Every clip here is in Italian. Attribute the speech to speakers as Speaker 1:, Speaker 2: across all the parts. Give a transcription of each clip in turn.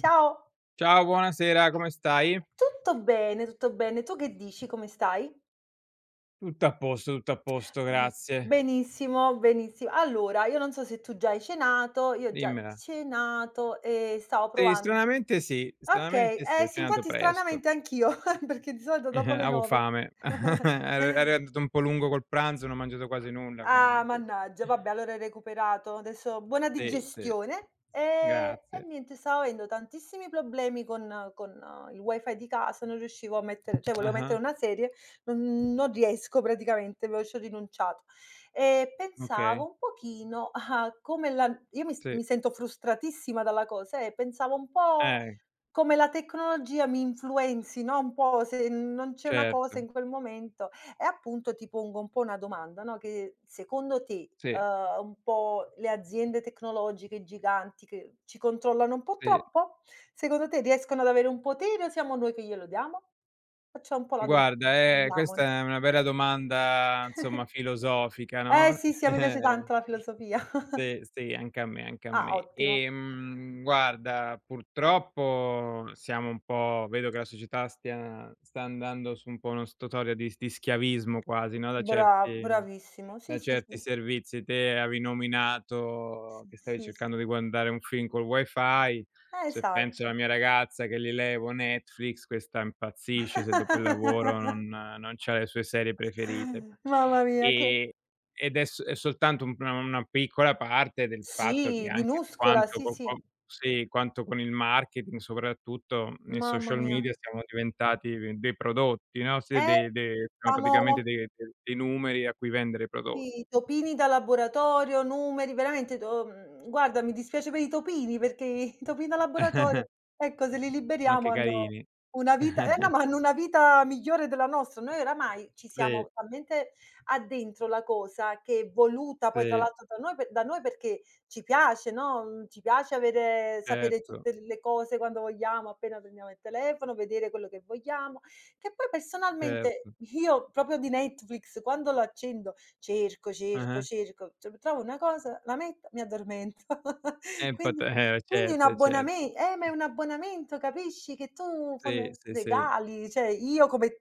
Speaker 1: Ciao.
Speaker 2: Ciao, buonasera, come stai?
Speaker 1: Tutto bene, tutto bene. Tu che dici? Come stai?
Speaker 2: Tutto a posto,
Speaker 1: Mh.
Speaker 2: grazie.
Speaker 1: Benissimo, benissimo. Allora, io non so se tu già hai cenato, io ho già
Speaker 2: Dimmela.
Speaker 1: cenato e stavo
Speaker 2: Sì,
Speaker 1: provan
Speaker 2: stranamente sì,
Speaker 1: okay,
Speaker 2: stranamente sì,
Speaker 1: eh
Speaker 2: ho
Speaker 1: sì,
Speaker 2: cenato
Speaker 1: infatti
Speaker 2: presto.
Speaker 1: stranamente anch'io, perché di solito dopo
Speaker 2: Eh-eh,
Speaker 1: le
Speaker 2: avevo
Speaker 1: 9.
Speaker 2: fame. Er ero andato un po' lungo col pranzo, non ho mangiato quasi nulla,
Speaker 1: Ah,
Speaker 2: quindi sì.
Speaker 1: mannaggia, vabbè allora hai recuperato. Adesso buona
Speaker 2: Sì, sì,
Speaker 1: digestione, e
Speaker 2: grazie.
Speaker 1: niente stavo avendo tantissimi problemi con il wifi di casa, non riuscivo a mettere cioè volevo
Speaker 2: Ah-ah,
Speaker 1: mettere una serie, non riesco praticamente, ve ci ho rinunciato. E pensavo
Speaker 2: okay,
Speaker 1: un pochino a come la io
Speaker 2: sì.
Speaker 1: mi sento frustratissima dalla cosa, pensavo un po'
Speaker 2: Eh,
Speaker 1: come la tecnologia mi influenzi, no, un po' se non c'è una cosa
Speaker 2: certo.
Speaker 1: in quel momento e appunto ti pongo un po' una domanda, no, che secondo te,
Speaker 2: Sì,
Speaker 1: un po' le aziende tecnologiche giganti che ci controllano un po'
Speaker 2: sì.
Speaker 1: troppo? Secondo te riescono ad avere un potere o siamo noi che glielo diamo? Facciamo un po' la
Speaker 2: Guarda,
Speaker 1: domanda,
Speaker 2: questa
Speaker 1: parliamone.
Speaker 2: è una bella domanda, insomma, filosofica,
Speaker 1: Eh
Speaker 2: no?
Speaker 1: sì, sì, a me piace
Speaker 2: Eh.
Speaker 1: tanto la filosofia.
Speaker 2: Sì, sì, anche a me, anche a
Speaker 1: Ah,
Speaker 2: me.
Speaker 1: ottimo.
Speaker 2: Guarda, purtroppo siamo un po' vedo che la società stia sta andando su un po' uno statorio di schiavismo quasi, no, da certi
Speaker 1: Bravissimo. Sì,
Speaker 2: da
Speaker 1: sì,
Speaker 2: certi
Speaker 1: sì.
Speaker 2: servizi. Te avevi
Speaker 1: S
Speaker 2: nominato che stavi
Speaker 1: sì, sì.
Speaker 2: cercando di guardare un film col wifi. Se penso alla
Speaker 1: Esatto.
Speaker 2: mia ragazza che gli levo Netflix, questa impazzisce se dopo il lavoro non c'ha le sue serie preferite.
Speaker 1: Mamma mia che
Speaker 2: E ed è soltanto un una piccola parte del fatto che
Speaker 1: sì,
Speaker 2: anche
Speaker 1: minuscola,
Speaker 2: quanto
Speaker 1: sì,
Speaker 2: co
Speaker 1: sì.
Speaker 2: co sì, quanto con il marketing, soprattutto nei
Speaker 1: Mamma
Speaker 2: social
Speaker 1: mia.
Speaker 2: media, siamo diventati dei prodotti, no, sì,
Speaker 1: Eh,
Speaker 2: de de siamo praticamente
Speaker 1: siamo
Speaker 2: de de dei numeri a cui vendere prodotti.
Speaker 1: sì, topini da laboratorio, numeri, veramente guarda mi dispiace per i topini perché i topini da laboratorio, ecco se li
Speaker 2: Sono
Speaker 1: liberiamo
Speaker 2: anche
Speaker 1: hanno
Speaker 2: carini.
Speaker 1: una vita eh no, ma hanno una vita migliore della nostra. Noi oramai ci siamo
Speaker 2: Sì,
Speaker 1: talmente addentro la cosa che è voluta poi tra
Speaker 2: sì,
Speaker 1: l'altro da noi per da noi perché ci piace, no, ci piace avere sapere
Speaker 2: certo,
Speaker 1: tutte le cose quando vogliamo, appena prendiamo il telefono, vedere quello che vogliamo, che poi personalmente
Speaker 2: certo.
Speaker 1: io proprio di Netflix quando lo accendo cerco, cerco,
Speaker 2: Ah-ah.
Speaker 1: cerco, tr trovo una cosa, la metto, mi addormento.
Speaker 2: Impat
Speaker 1: Quindi quindi un
Speaker 2: certo, certo.
Speaker 1: abboname ma è un abbonamento, capisci, che tu
Speaker 2: Sì,
Speaker 1: fond
Speaker 2: sì, sì,
Speaker 1: regali, cioè io come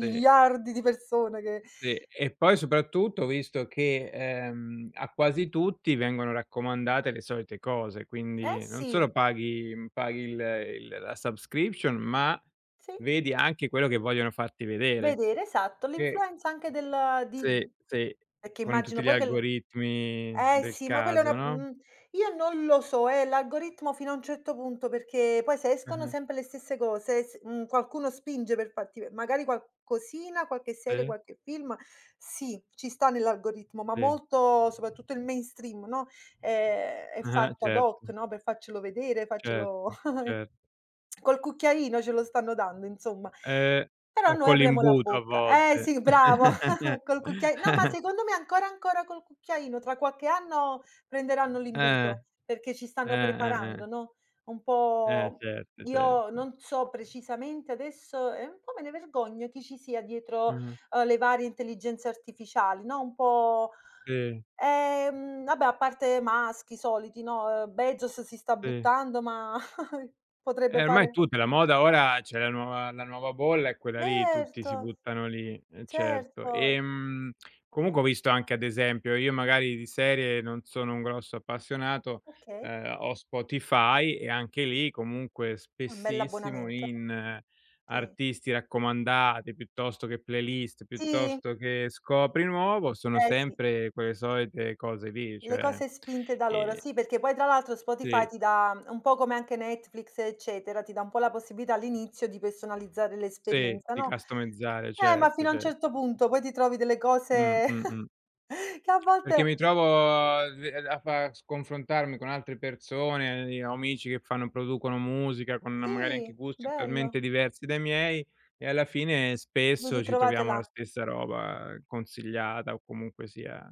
Speaker 2: sì.
Speaker 1: di persone che
Speaker 2: Sì, e poi soprattutto visto che, a quasi tutti vengono raccomandate le solite cose,
Speaker 1: eh
Speaker 2: quindi non
Speaker 1: sì,
Speaker 2: solo paghi il la subscription, ma
Speaker 1: sì,
Speaker 2: vedi anche quello che vogliono farti vedere.
Speaker 1: vedere esatto,
Speaker 2: Che
Speaker 1: l'influenza anche del
Speaker 2: sì,
Speaker 1: di
Speaker 2: sì,
Speaker 1: perché
Speaker 2: con
Speaker 1: immagino
Speaker 2: tutti gli
Speaker 1: poi che l
Speaker 2: algoritmi
Speaker 1: eh
Speaker 2: del
Speaker 1: sì, ma quella è
Speaker 2: caso,
Speaker 1: una
Speaker 2: no.
Speaker 1: io non lo so, l'algoritmo fino a un certo punto, perché poi se escono
Speaker 2: Ah-ah,
Speaker 1: sempre le stesse cose, qualcuno spinge per farti ve magari qualcosina, qualche serie,
Speaker 2: sì,
Speaker 1: qualche film, sì, ci sta nell'algoritmo, ma
Speaker 2: sì,
Speaker 1: molto soprattutto il mainstream, no, è
Speaker 2: ah-ah,
Speaker 1: fatto ad hoc,
Speaker 2: certo,
Speaker 1: no, per farcelo vedere, farcelo
Speaker 2: certo, certo.
Speaker 1: col cucchiaino ce lo stanno dando, insomma.
Speaker 2: Eh,
Speaker 1: Però
Speaker 2: o
Speaker 1: noi
Speaker 2: con
Speaker 1: apriamo la
Speaker 2: l'imbuto a
Speaker 1: bocca. Eh
Speaker 2: volte.
Speaker 1: sì, bravo. Col cucchiai no, ma secondo me ancora, ancora col cucchiaino, tra qualche anno prenderanno
Speaker 2: Eh,
Speaker 1: l'imbuto, perché ci stanno
Speaker 2: eh.
Speaker 1: preparando, no, un
Speaker 2: Eh
Speaker 1: po'
Speaker 2: certo,
Speaker 1: io
Speaker 2: certo.
Speaker 1: non so precisamente adesso e un po' me ne vergogno chi ci sia dietro,
Speaker 2: Ah-ah.
Speaker 1: le varie intelligenze artificiali, no, un po'
Speaker 2: Sì,
Speaker 1: vabbè a parte Musk, i soliti, no, Bezos si sta
Speaker 2: sì.
Speaker 1: buttando, ma
Speaker 2: Eh
Speaker 1: potrebbe
Speaker 2: ormai
Speaker 1: fare
Speaker 2: tutte la moda ora c'è la nuova bolla è quella lì, tutti si
Speaker 1: certo,
Speaker 2: buttano lì, eh certo.
Speaker 1: certo.
Speaker 2: Comunque ho visto anche ad esempio, io magari di serie non sono un grosso appassionato,
Speaker 1: Okay,
Speaker 2: ho Spotify e anche lì comunque
Speaker 1: è un
Speaker 2: spessissimo
Speaker 1: bell'abbonamento.
Speaker 2: in
Speaker 1: Sì.
Speaker 2: artisti raccomandati, piuttosto che playlist,
Speaker 1: Sì.
Speaker 2: piuttosto che scopri nuovo, sono
Speaker 1: Eh sì,
Speaker 2: sempre quelle solite cose lì,
Speaker 1: le
Speaker 2: cioè,
Speaker 1: cose spinte da loro.
Speaker 2: ehm
Speaker 1: Sì, perché poi tra l'altro Spotify
Speaker 2: Sì,
Speaker 1: ti dà un po' come anche Netflix, eccetera, ti dà un po' la possibilità all'inizio di personalizzare
Speaker 2: sì,
Speaker 1: l'esperienza,
Speaker 2: di
Speaker 1: no,
Speaker 2: customizzare,
Speaker 1: ma
Speaker 2: certo,
Speaker 1: fino a un
Speaker 2: cer
Speaker 1: certo punto poi ti trovi delle cose
Speaker 2: mh.
Speaker 1: che a
Speaker 2: Perché mi
Speaker 1: volte
Speaker 2: trovo ve a fa s confrontarmi con altre persone, i ho amici che fanno producono musica con magari anche
Speaker 1: sì,
Speaker 2: gusti
Speaker 1: bello,
Speaker 2: totalmente diversi dai miei e alla fine
Speaker 1: vi
Speaker 2: spesso ci
Speaker 1: ritrovate
Speaker 2: troviamo la
Speaker 1: là.
Speaker 2: stessa roba consigliata o comunque sia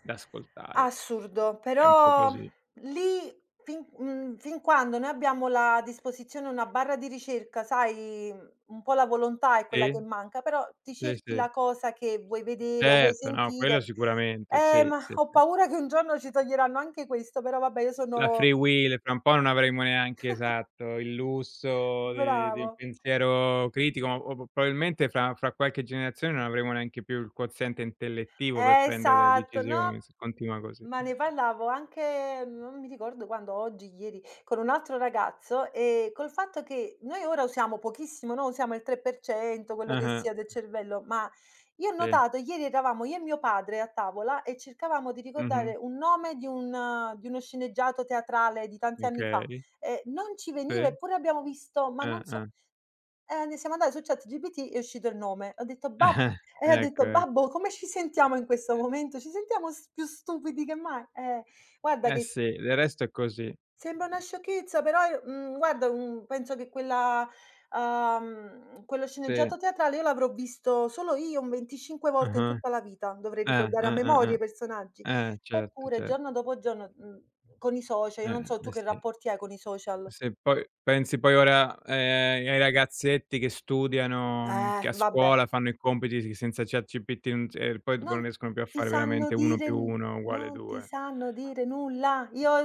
Speaker 2: da ascoltare.
Speaker 1: Assurdo,
Speaker 2: È un po'
Speaker 1: però
Speaker 2: così.
Speaker 1: lì fin quando noi abbiamo la a disposizione una barra di ricerca, sai, un po' la volontà è quella che
Speaker 2: Sì,
Speaker 1: manca, però ti
Speaker 2: sì,
Speaker 1: cerchi
Speaker 2: sì.
Speaker 1: la cosa che vuoi vedere o vuoi
Speaker 2: Certo, no, quello
Speaker 1: sentire.
Speaker 2: sicuramente, sì,
Speaker 1: Ma
Speaker 2: sì,
Speaker 1: ho
Speaker 2: sì.
Speaker 1: paura che un giorno ci toglieranno anche questo, però vabbè io
Speaker 2: La free
Speaker 1: sono
Speaker 2: will, fra un po' non avremo neanche esatto, il lusso de del
Speaker 1: bravo.
Speaker 2: pensiero critico, ma o p probabilmente fra qualche generazione non avremo neanche più il quoziente intellettivo per prendere delle
Speaker 1: Esatto,
Speaker 2: decisioni,
Speaker 1: no,
Speaker 2: se continua così.
Speaker 1: ma ne parlavo anche non mi ricordo quando, oggi, ieri, con un altro ragazzo, col fatto che noi ora usiamo pochissimo, no, usiamo il 3%, quello che
Speaker 2: Ah-ah,
Speaker 1: sia del cervello, ma io ho
Speaker 2: sì,
Speaker 1: notato ieri eravamo io e mio padre a tavola e cercavamo di
Speaker 2: mh-mh,
Speaker 1: ricordare un nome di un di uno sceneggiato teatrale di tanti anni fa,
Speaker 2: okay,
Speaker 1: e non ci veniva,
Speaker 2: sì,
Speaker 1: eppure abbiamo visto ma non so
Speaker 2: ah-ah.
Speaker 1: ne siamo andati su ChatGPT e è uscito il nome. Ho detto: "Bab" ho
Speaker 2: Ecco,
Speaker 1: detto:
Speaker 2: ec
Speaker 1: "Babbo, come ci sentiamo in questo momento? Ci sentiamo s più stupidi che mai". Guarda
Speaker 2: eh
Speaker 1: che s
Speaker 2: sì, del resto è così,
Speaker 1: sembra una sciocchezza, però io guarda, penso che quella quello
Speaker 2: sì,
Speaker 1: sceneggiato teatrale io l'avrò visto solo io un 25 volte in
Speaker 2: ah-ah,
Speaker 1: tutta la vita. Dovrei
Speaker 2: eh,
Speaker 1: ricordare a
Speaker 2: eh, eh,
Speaker 1: memoria i personaggi.
Speaker 2: eh certo,
Speaker 1: Eppure
Speaker 2: cer
Speaker 1: giorno dopo giorno, con i social io non so tu
Speaker 2: eh
Speaker 1: che
Speaker 2: sì.
Speaker 1: rapporti hai con i social.
Speaker 2: Se poi pensi poi ora, ai ragazzetti che studiano, che a
Speaker 1: Vabbè.
Speaker 2: scuola fanno i compiti s senza ChatGPT non c e poi dopo non
Speaker 1: Non
Speaker 2: riescono più a
Speaker 1: ti
Speaker 2: fare
Speaker 1: sanno
Speaker 2: veramente 1
Speaker 1: dire
Speaker 2: +
Speaker 1: n
Speaker 2: 1 =
Speaker 1: non ti
Speaker 2: 2.
Speaker 1: sanno dire nulla. Io ho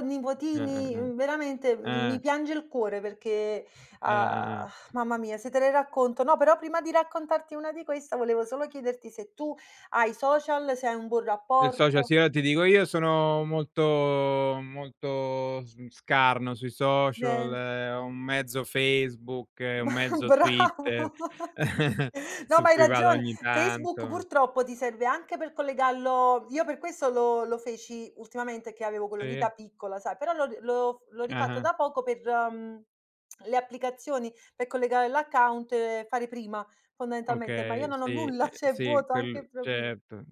Speaker 1: nipotini,
Speaker 2: Eh.
Speaker 1: veramente, mi
Speaker 2: Eh,
Speaker 1: piange il cuore perché, ah,
Speaker 2: eh.
Speaker 1: mamma mia, se te le racconto no, però prima di raccontarti una di questa volevo solo chiederti se tu hai social, se hai un buon
Speaker 2: Del social
Speaker 1: rapporto.
Speaker 2: sì, io ti dico, io sono molto molto scarno sui social,
Speaker 1: Bene.
Speaker 2: ho un mezzo Facebook, un mezzo
Speaker 1: Bravo.
Speaker 2: Twitter
Speaker 1: No,
Speaker 2: su
Speaker 1: ma hai
Speaker 2: cui vado
Speaker 1: ragione.
Speaker 2: ogni
Speaker 1: Facebook
Speaker 2: tanto.
Speaker 1: purtroppo ti serve anche per collegarlo io per questo lo feci ultimamente che avevo quello lì da
Speaker 2: Sì.
Speaker 1: piccola, sai, però l'ho ri l'ho l'ho rifatto
Speaker 2: Ah-ah.
Speaker 1: da poco per, le applicazioni per collegare l'account e fare prima fondamentalmente, ma io
Speaker 2: Okay,
Speaker 1: non ho
Speaker 2: sì,
Speaker 1: nulla, cioè è
Speaker 2: sì,
Speaker 1: vuoto anche
Speaker 2: quel
Speaker 1: il profilo.
Speaker 2: certo.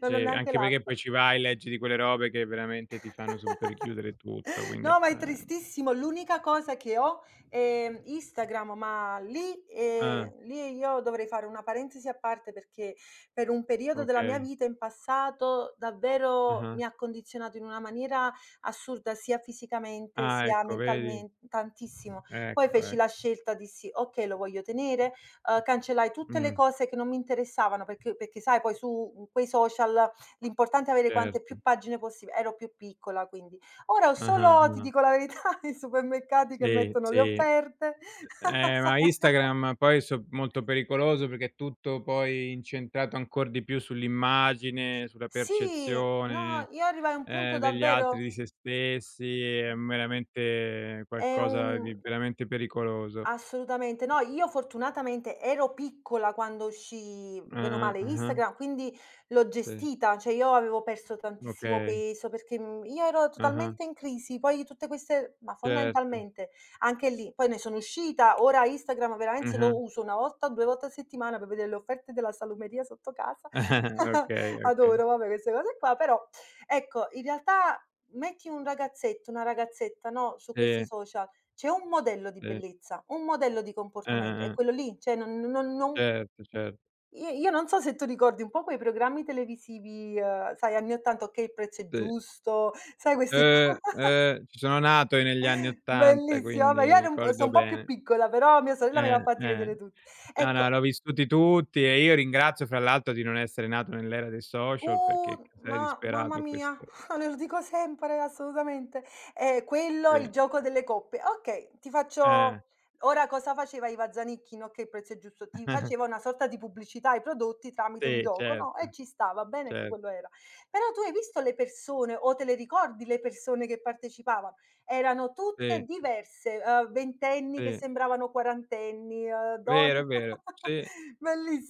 Speaker 1: Non ho
Speaker 2: Cioè,
Speaker 1: neanche
Speaker 2: anche perché
Speaker 1: l'app.
Speaker 2: poi ci vai, leggi di quelle robe che veramente ti fanno subito richiudere tutto, quindi è
Speaker 1: No, ma
Speaker 2: pe
Speaker 1: è tristissimo. L'unica cosa che ho è Instagram, ma lì
Speaker 2: ah,
Speaker 1: lì io dovrei fare una parentesi a parte perché per un periodo della mia
Speaker 2: okay.
Speaker 1: vita in passato davvero
Speaker 2: Ah-ah.
Speaker 1: mi ha condizionato in una maniera assurda, sia fisicamente
Speaker 2: Ah,
Speaker 1: sia
Speaker 2: ecco, vedi?
Speaker 1: mentalmen tantissimo. Poi
Speaker 2: Ecco,
Speaker 1: feci la
Speaker 2: ecco.
Speaker 1: scelta, dissi: "Okay, lo voglio tenere", cancellai tutte le
Speaker 2: Mh,
Speaker 1: cose che non mi interessavano perché sai poi su quei social l'importante è avere quante
Speaker 2: certo.
Speaker 1: più pagine possib ero più piccola quindi. Ora ho
Speaker 2: Ah-ah,
Speaker 1: solo, ti dico
Speaker 2: ah.
Speaker 1: la verità, i supermercati che
Speaker 2: Sì,
Speaker 1: mettono le
Speaker 2: sì.
Speaker 1: offerte. Sai
Speaker 2: Ma Instagram poi so molto pericoloso perché è tutto poi incentrato ancor di più sull'immagine, sulla
Speaker 1: sì, no,
Speaker 2: percezione
Speaker 1: io arrivai a un punto
Speaker 2: Degli altri, di
Speaker 1: davvero
Speaker 2: se stessi, è meramente
Speaker 1: è
Speaker 2: qualcosa
Speaker 1: un
Speaker 2: di veramente pericoloso.
Speaker 1: assolutamente. No, io fortunatamente ero piccola quando uscì, meno
Speaker 2: Ah-ah,
Speaker 1: male,
Speaker 2: ah-ah,
Speaker 1: Instagram, quindi l'ho
Speaker 2: sì,
Speaker 1: gestita, cioè io avevo perso tantissimo
Speaker 2: okay,
Speaker 1: peso perché, io ero
Speaker 2: ah-ah,
Speaker 1: totalmente in crisi, poi tutte queste ma
Speaker 2: certo,
Speaker 1: fondamentalmente anche lì, poi ne sono uscita, ora Instagram veramente
Speaker 2: ah-ah,
Speaker 1: lo uso 1 volta, 2 volte a settimana per vedere le offerte della salumeria sotto casa.
Speaker 2: okay, okay.
Speaker 1: Adoro, vabbè, queste cose qua, però ecco, in realtà metti un ragazzetto, una ragazzetta, no, su questi
Speaker 2: Sì,
Speaker 1: social c'è un modello di
Speaker 2: sì,
Speaker 1: bellezza, un modello di comportamento, è
Speaker 2: ah-ah, ah,
Speaker 1: quello lì, cioè non non non
Speaker 2: certo, certo,
Speaker 1: io io non so se tu ricordi un po' quei programmi televisivi, sai anni '80, "Okay, il prezzo è
Speaker 2: sì.
Speaker 1: giusto", sai questi qua?
Speaker 2: Ci sono nato io negli anni '80,
Speaker 1: Bellissimo, vabbè io
Speaker 2: quindi
Speaker 1: ero un po' so'
Speaker 2: ricordo
Speaker 1: un po' più
Speaker 2: bene.
Speaker 1: piccola, però mia sorella me li ha fatti
Speaker 2: Eh.
Speaker 1: vedere tutti.
Speaker 2: No, no,
Speaker 1: Ecco
Speaker 2: l'ho vissuti tutti e io ringrazio fra l'altro di non essere nato nell'era dei social perché
Speaker 1: uh,
Speaker 2: sarei
Speaker 1: ma mamma
Speaker 2: disperato a
Speaker 1: mia,
Speaker 2: questo
Speaker 1: lo dico sempre, assolutamente. È quello, il
Speaker 2: sì.
Speaker 1: gioco delle coppe. Okay, ti
Speaker 2: Eh.
Speaker 1: faccio ora cosa faceva Iva Zanicchi, no, che il prezzo è giusto, ti faceva una sorta di pubblicità ai prodotti tramite un
Speaker 2: Sì,
Speaker 1: gioco, no, e
Speaker 2: certo,
Speaker 1: ci stava bene che
Speaker 2: cer
Speaker 1: quello era. Però tu hai visto le persone o te le ricordi le persone che partecipavano? Erano tutte
Speaker 2: sì,
Speaker 1: diverse, ventenni che
Speaker 2: sì.
Speaker 1: sembravano quarantenni,
Speaker 2: Vero,
Speaker 1: donne
Speaker 2: è vero. Sì,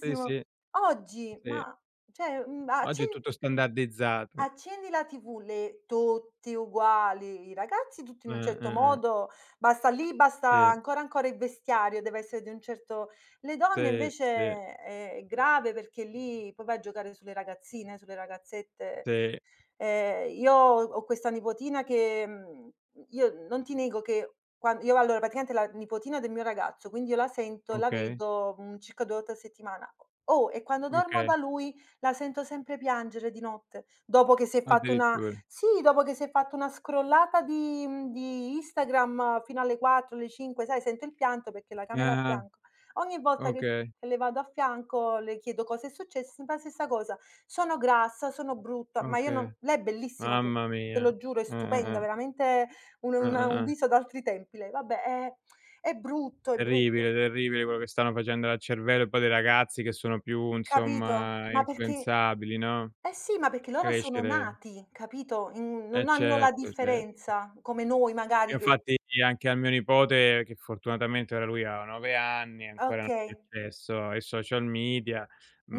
Speaker 2: sì, sì,
Speaker 1: Oggi,
Speaker 2: sì.
Speaker 1: ma cioè, mhmm,
Speaker 2: Oggi è
Speaker 1: accen
Speaker 2: tutto standardizzato.
Speaker 1: accendi la TV, le tutti uguali, i ragazzi tutti in un certo
Speaker 2: Eh-eh-eh.
Speaker 1: modo, basta lì, basta
Speaker 2: Sì,
Speaker 1: ancora, ancora il vestiario deve essere di un certo le donne
Speaker 2: sì,
Speaker 1: invece
Speaker 2: sì,
Speaker 1: è grave perché lì poi vai a giocare sulle ragazzine, sulle ragazzette
Speaker 2: sì.
Speaker 1: Io ho questa nipotina che, io non ti nego che quan io allora praticamente la nipotina del mio ragazzo, quindi io la sento e la
Speaker 2: Okay,
Speaker 1: vedo, circa 2 volte a settimana. Oh, e quando dormo da
Speaker 2: okay.
Speaker 1: lui la sento sempre piangere di notte, dopo che si è fatto una
Speaker 2: Addirittura.
Speaker 1: sì, dopo che si è fatto una scrollata di Instagram fino alle 4, alle 5, sai, sento il pianto perché la camera è a
Speaker 2: Ah,
Speaker 1: fianco. Ogni volta che
Speaker 2: okay,
Speaker 1: che le vado a fianco le chiedo cosa è successo, sempre la stessa cosa: sono grassa, sono brutta, ma io non
Speaker 2: okay.
Speaker 1: lei è bellissima, te
Speaker 2: Mamma
Speaker 1: te
Speaker 2: mia.
Speaker 1: lo giuro, è stupenda,
Speaker 2: Eh-eh-eh,
Speaker 1: veramente un
Speaker 2: eh-eh-eh.
Speaker 1: viso d'altri tempi lei. Vabbè, è brutto,
Speaker 2: Terribile, terribile quello che stanno facendo al cervello e poi dei ragazzi che sono più,
Speaker 1: capito?
Speaker 2: insomma,
Speaker 1: Ma perché
Speaker 2: influenzabili, no,
Speaker 1: eh sì, ma perché loro sono
Speaker 2: crescere
Speaker 1: nati, capito, in
Speaker 2: eh
Speaker 1: non hanno la
Speaker 2: certo, cer
Speaker 1: differenza come noi
Speaker 2: Io
Speaker 1: magari che
Speaker 2: infatti anche al mio nipote, che fortunatamente ora lui ha 9 anni, ancora non ha
Speaker 1: okay,
Speaker 2: accesso ai social media,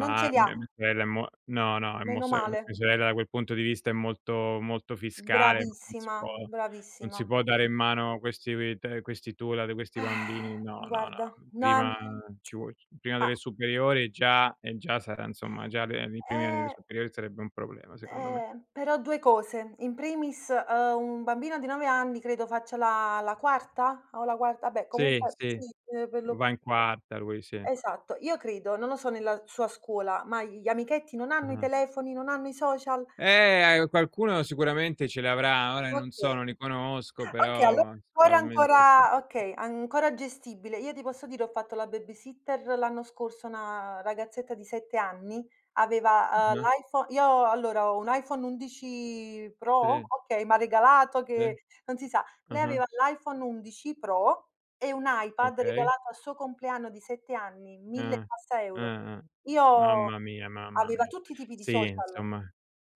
Speaker 1: non ce li ha,
Speaker 2: mia sorella è mo no, no, è mo
Speaker 1: meno
Speaker 2: s
Speaker 1: male.
Speaker 2: mia sorella da quel punto di vista è molto, molto fiscale, non si
Speaker 1: Bravissima,
Speaker 2: può non
Speaker 1: bravissima.
Speaker 2: si può dare in mano questi te questi tool ad questi
Speaker 1: Eh,
Speaker 2: bambini, no, no,
Speaker 1: guarda,
Speaker 2: no.
Speaker 1: no,
Speaker 2: Prima ci vuo prima
Speaker 1: ah,
Speaker 2: delle superiori già sarà insomma, già le nei primi anni delle
Speaker 1: eh
Speaker 2: superiori sarebbe un problema secondo me.
Speaker 1: eh, però 2 cose. In primis, un bambino di 9 anni credo faccia la quarta o la quarta vabbè
Speaker 2: Sì,
Speaker 1: comunque
Speaker 2: sì,
Speaker 1: sì, per lo
Speaker 2: va in quarta lui, sì.
Speaker 1: esatto. Io credo, non lo so nella sua scuola, ma gli amichetti non hanno i
Speaker 2: Ah-ah.
Speaker 1: telefoni, non hanno i social?
Speaker 2: Qualcuno sicuramente ce l'avrà, ora non so, non
Speaker 1: Okay.
Speaker 2: li conosco,
Speaker 1: Okay, allora
Speaker 2: però
Speaker 1: ancora
Speaker 2: probabilmente sì.
Speaker 1: ancora okay, ancora gestibile. Io ti posso dire ho fatto la babysitter l'anno scorso, una ragazzetta di 7 anni, aveva,
Speaker 2: Ah-ah,
Speaker 1: l'iPho io allora ho un iPhone 11 Pro,
Speaker 2: sì,
Speaker 1: okay, m'ha regalato
Speaker 2: sì,
Speaker 1: che non si sa. Lei
Speaker 2: ah-ah,
Speaker 1: aveva l'iPhone 11 Pro e un iPad
Speaker 2: okay,
Speaker 1: regalato al suo compleanno di 7 anni, 1000 e
Speaker 2: ah,
Speaker 1: passa euro.
Speaker 2: ah-ah.
Speaker 1: Io
Speaker 2: Mamma mia, mamma
Speaker 1: aveva
Speaker 2: mia.
Speaker 1: tutti i tipi di
Speaker 2: Sì,
Speaker 1: social,
Speaker 2: insomma,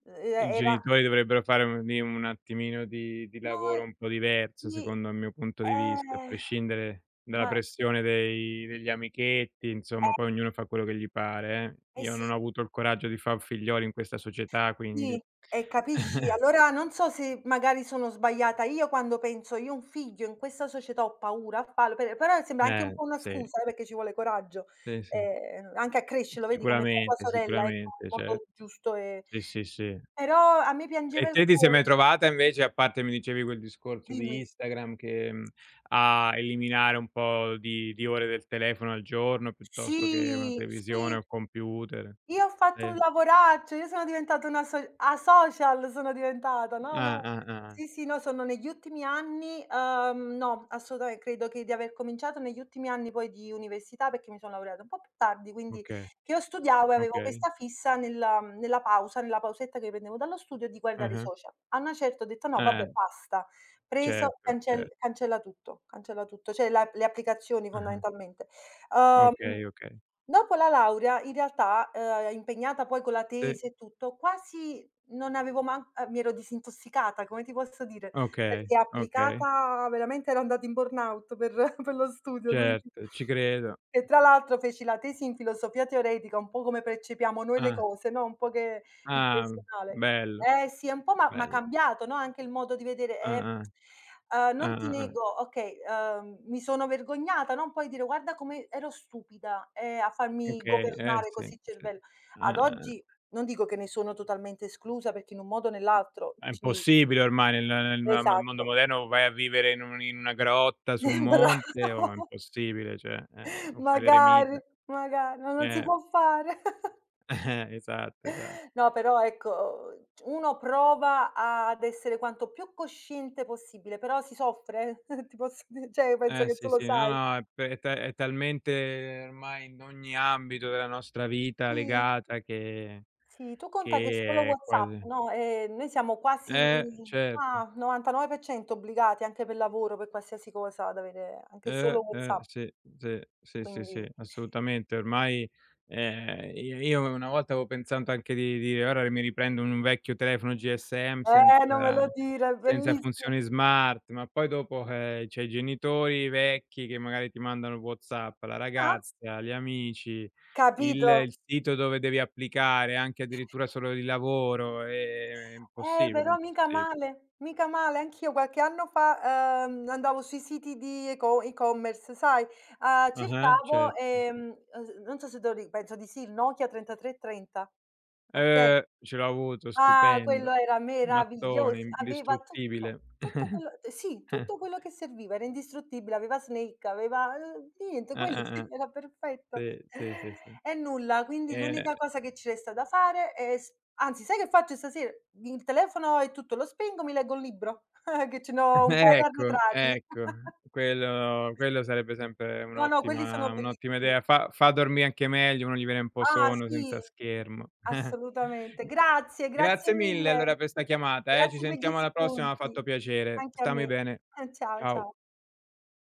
Speaker 1: ehm,
Speaker 2: i
Speaker 1: era
Speaker 2: genitori dovrebbero fare un attimino di lavoro
Speaker 1: no,
Speaker 2: un po' diverso,
Speaker 1: sì,
Speaker 2: secondo il mio punto di vista, a
Speaker 1: eh,
Speaker 2: prescindere dalla
Speaker 1: ma
Speaker 2: pressione dei degli amichetti, insomma, poi
Speaker 1: eh
Speaker 2: ognuno fa quello che gli pare, eh.
Speaker 1: eh
Speaker 2: Io
Speaker 1: sì,
Speaker 2: non ho avuto il coraggio di far figlioli in questa società, quindi
Speaker 1: sì, e capisci? Allora non so se magari sono sbagliata io quando penso: "Io ho un figlio, in questa società ho paura a farlo", per però sembra anche un
Speaker 2: eh,
Speaker 1: po' una
Speaker 2: sì,
Speaker 1: scusa, perché ci vuole coraggio,
Speaker 2: sì, sì.
Speaker 1: anche a crescerlo, vedi come fa tua
Speaker 2: Sicuramente,
Speaker 1: sorella, ecco, in
Speaker 2: sicuramente, cer
Speaker 1: modo giusto e
Speaker 2: Sì, sì, sì.
Speaker 1: però a me piangeva
Speaker 2: E
Speaker 1: il
Speaker 2: te ti sei mai
Speaker 1: cuore
Speaker 2: trovata invece, a parte mi dicevi quel discorso di
Speaker 1: dimmi.
Speaker 2: Instagram che a eliminare un po' di ore del telefono al giorno, piuttosto che una
Speaker 1: Sì, sì.
Speaker 2: televisione o computer?
Speaker 1: Io ho fatto un
Speaker 2: Sì.
Speaker 1: lavoraccio, io sono diventata una asocial sono diventata, no,
Speaker 2: Ah,
Speaker 1: no.
Speaker 2: ah, ah.
Speaker 1: Sì, sì, no, sono negli ultimi anni, no, assolutamente credo che di aver cominciato negli ultimi anni poi di università, perché mi sono laureata un po' più tardi, quindi
Speaker 2: Okay,
Speaker 1: che io studiavo e avevo
Speaker 2: okay.
Speaker 1: questa fissa nella pausa, nella pausetta che prendevo dallo studio di guardare i
Speaker 2: Ah-ah.
Speaker 1: social. A una certa ho detto: "No vabbè
Speaker 2: Eh,
Speaker 1: basta." Preso,
Speaker 2: certo, cer
Speaker 1: cancella tutto, cioè la le applicazioni
Speaker 2: ah-ah.
Speaker 1: fondamentalmente. Uhm
Speaker 2: Okay, okay.
Speaker 1: Dopo la laurea in realtà, impegnata poi con la
Speaker 2: Sì.
Speaker 1: tesi e tutto, quasi non avevo man mi ero disintossicata, come ti posso dire,
Speaker 2: Okay,
Speaker 1: perché
Speaker 2: okay.
Speaker 1: applicata veramente ero andata in burnout per per lo studio, quindi
Speaker 2: Certo, ci credo.
Speaker 1: e tra l'altro feci la tesi in filosofia teoretica, un po' come percepiamo noi le
Speaker 2: Ah,
Speaker 1: cose, no, un po' che il
Speaker 2: ah,
Speaker 1: personale.
Speaker 2: bello.
Speaker 1: Eh sì, è un po' m'ha
Speaker 2: Bello.
Speaker 1: cambiato, no, anche il modo di vedere
Speaker 2: Ah-ah,
Speaker 1: non
Speaker 2: ah-ah,
Speaker 1: ti
Speaker 2: ah. Ah, ah.
Speaker 1: nego okay, mi sono vergognata, no, poi dire: "Guarda come ero stupida, a farmi
Speaker 2: Okay, eh
Speaker 1: governare
Speaker 2: sì,
Speaker 1: così il
Speaker 2: sì.
Speaker 1: cervello." Ad
Speaker 2: Ah-ah, ah. Ah.
Speaker 1: oggi non dico che ne sono totalmente esclusa, perché in un modo o nell'altro
Speaker 2: È
Speaker 1: ci
Speaker 2: impossibile ormai nel mondo
Speaker 1: esatto.
Speaker 2: moderno vai a vivere in un in una grotta su un monte o è
Speaker 1: Bravo.
Speaker 2: impossibile, cioè, o fai
Speaker 1: Magari,
Speaker 2: l'eremita.
Speaker 1: magari, ma non si
Speaker 2: Eh,
Speaker 1: può fare.
Speaker 2: esatto, esatto.
Speaker 1: No, però ecco, uno prova ad essere quanto più cosciente possibile, però si soffre, ti posso di cioè penso
Speaker 2: Eh
Speaker 1: che tu
Speaker 2: sì,
Speaker 1: lo
Speaker 2: sì, no,
Speaker 1: sai.
Speaker 2: no, è p è ta è talmente ormai in ogni ambito della nostra vita
Speaker 1: Sì,
Speaker 2: legata che
Speaker 1: sì, tu conta che solo
Speaker 2: che è
Speaker 1: WhatsApp,
Speaker 2: quasi
Speaker 1: no, noi siamo quasi
Speaker 2: certo.
Speaker 1: ah, 99% obbligati anche per lavoro, per qualsiasi cosa, ad avere anche solo WhatsApp,
Speaker 2: Sì, sì, sì, sì, sì,
Speaker 1: quindi
Speaker 2: assolutamente. Ormai, i io una volta avevo pensato anche di dire: "Ora mi riprendo un vecchio telefono GSM
Speaker 1: non me lo
Speaker 2: senza
Speaker 1: dire, è
Speaker 2: senza
Speaker 1: bellissimo.
Speaker 2: funzione smart", ma poi dopo, c'hai i genitori vecchi che magari ti mandano WhatsApp, la
Speaker 1: Ah,
Speaker 2: ragazza, gli amici, il
Speaker 1: capito?
Speaker 2: il sito dove devi applicare, anche addirittura solo di lavoro, è impossibile,
Speaker 1: Però mica
Speaker 2: impossibile.
Speaker 1: male, mica male. Anch'io qualche anno fa, andavo sui siti di eco e-commerce, sai,
Speaker 2: Ah-ah,
Speaker 1: cercavo,
Speaker 2: certo.
Speaker 1: non so se te lo ri penso di sì, il Nokia 3330, okay?
Speaker 2: Ce l'ho avuto,
Speaker 1: Ah, quello
Speaker 2: stupendo.
Speaker 1: era meraviglioso,
Speaker 2: Mattone,
Speaker 1: aveva tutto,
Speaker 2: indistruttibile.
Speaker 1: tutto quello sì, tutto quello che serviva, era indistruttibile, aveva Snake, aveva, niente, quello sì,
Speaker 2: Eh-eh-eh.
Speaker 1: era perfetto.
Speaker 2: Sì, sì, sì, sì.
Speaker 1: E nulla, quindi
Speaker 2: Ehm,
Speaker 1: l'unica cosa che ci resta da fare è s anzi, sai che faccio stasera? Il telefono e tutto lo spengo, mi leggo un libro, che ce n'ho un paio
Speaker 2: ecco,
Speaker 1: arretrati.
Speaker 2: ecco, quello sarebbe sempre
Speaker 1: No, no, quelli sono
Speaker 2: un'ottima
Speaker 1: bellissimi.
Speaker 2: idea. Fa dormì anche meglio, uno gli viene un po'
Speaker 1: Ah
Speaker 2: sonno
Speaker 1: sì,
Speaker 2: senza schermo.
Speaker 1: assolutamente. Grazie,
Speaker 2: Grazie
Speaker 1: grazie
Speaker 2: mille
Speaker 1: mille.
Speaker 2: allora per 'sta chiamata, ci
Speaker 1: Grazie per gli
Speaker 2: sentiamo alla prossima, m'ha
Speaker 1: spunti.
Speaker 2: fatto piacere.
Speaker 1: Anche a
Speaker 2: Stammi
Speaker 1: me.
Speaker 2: bene.
Speaker 1: Ciao,
Speaker 2: Ciao.
Speaker 1: ciao.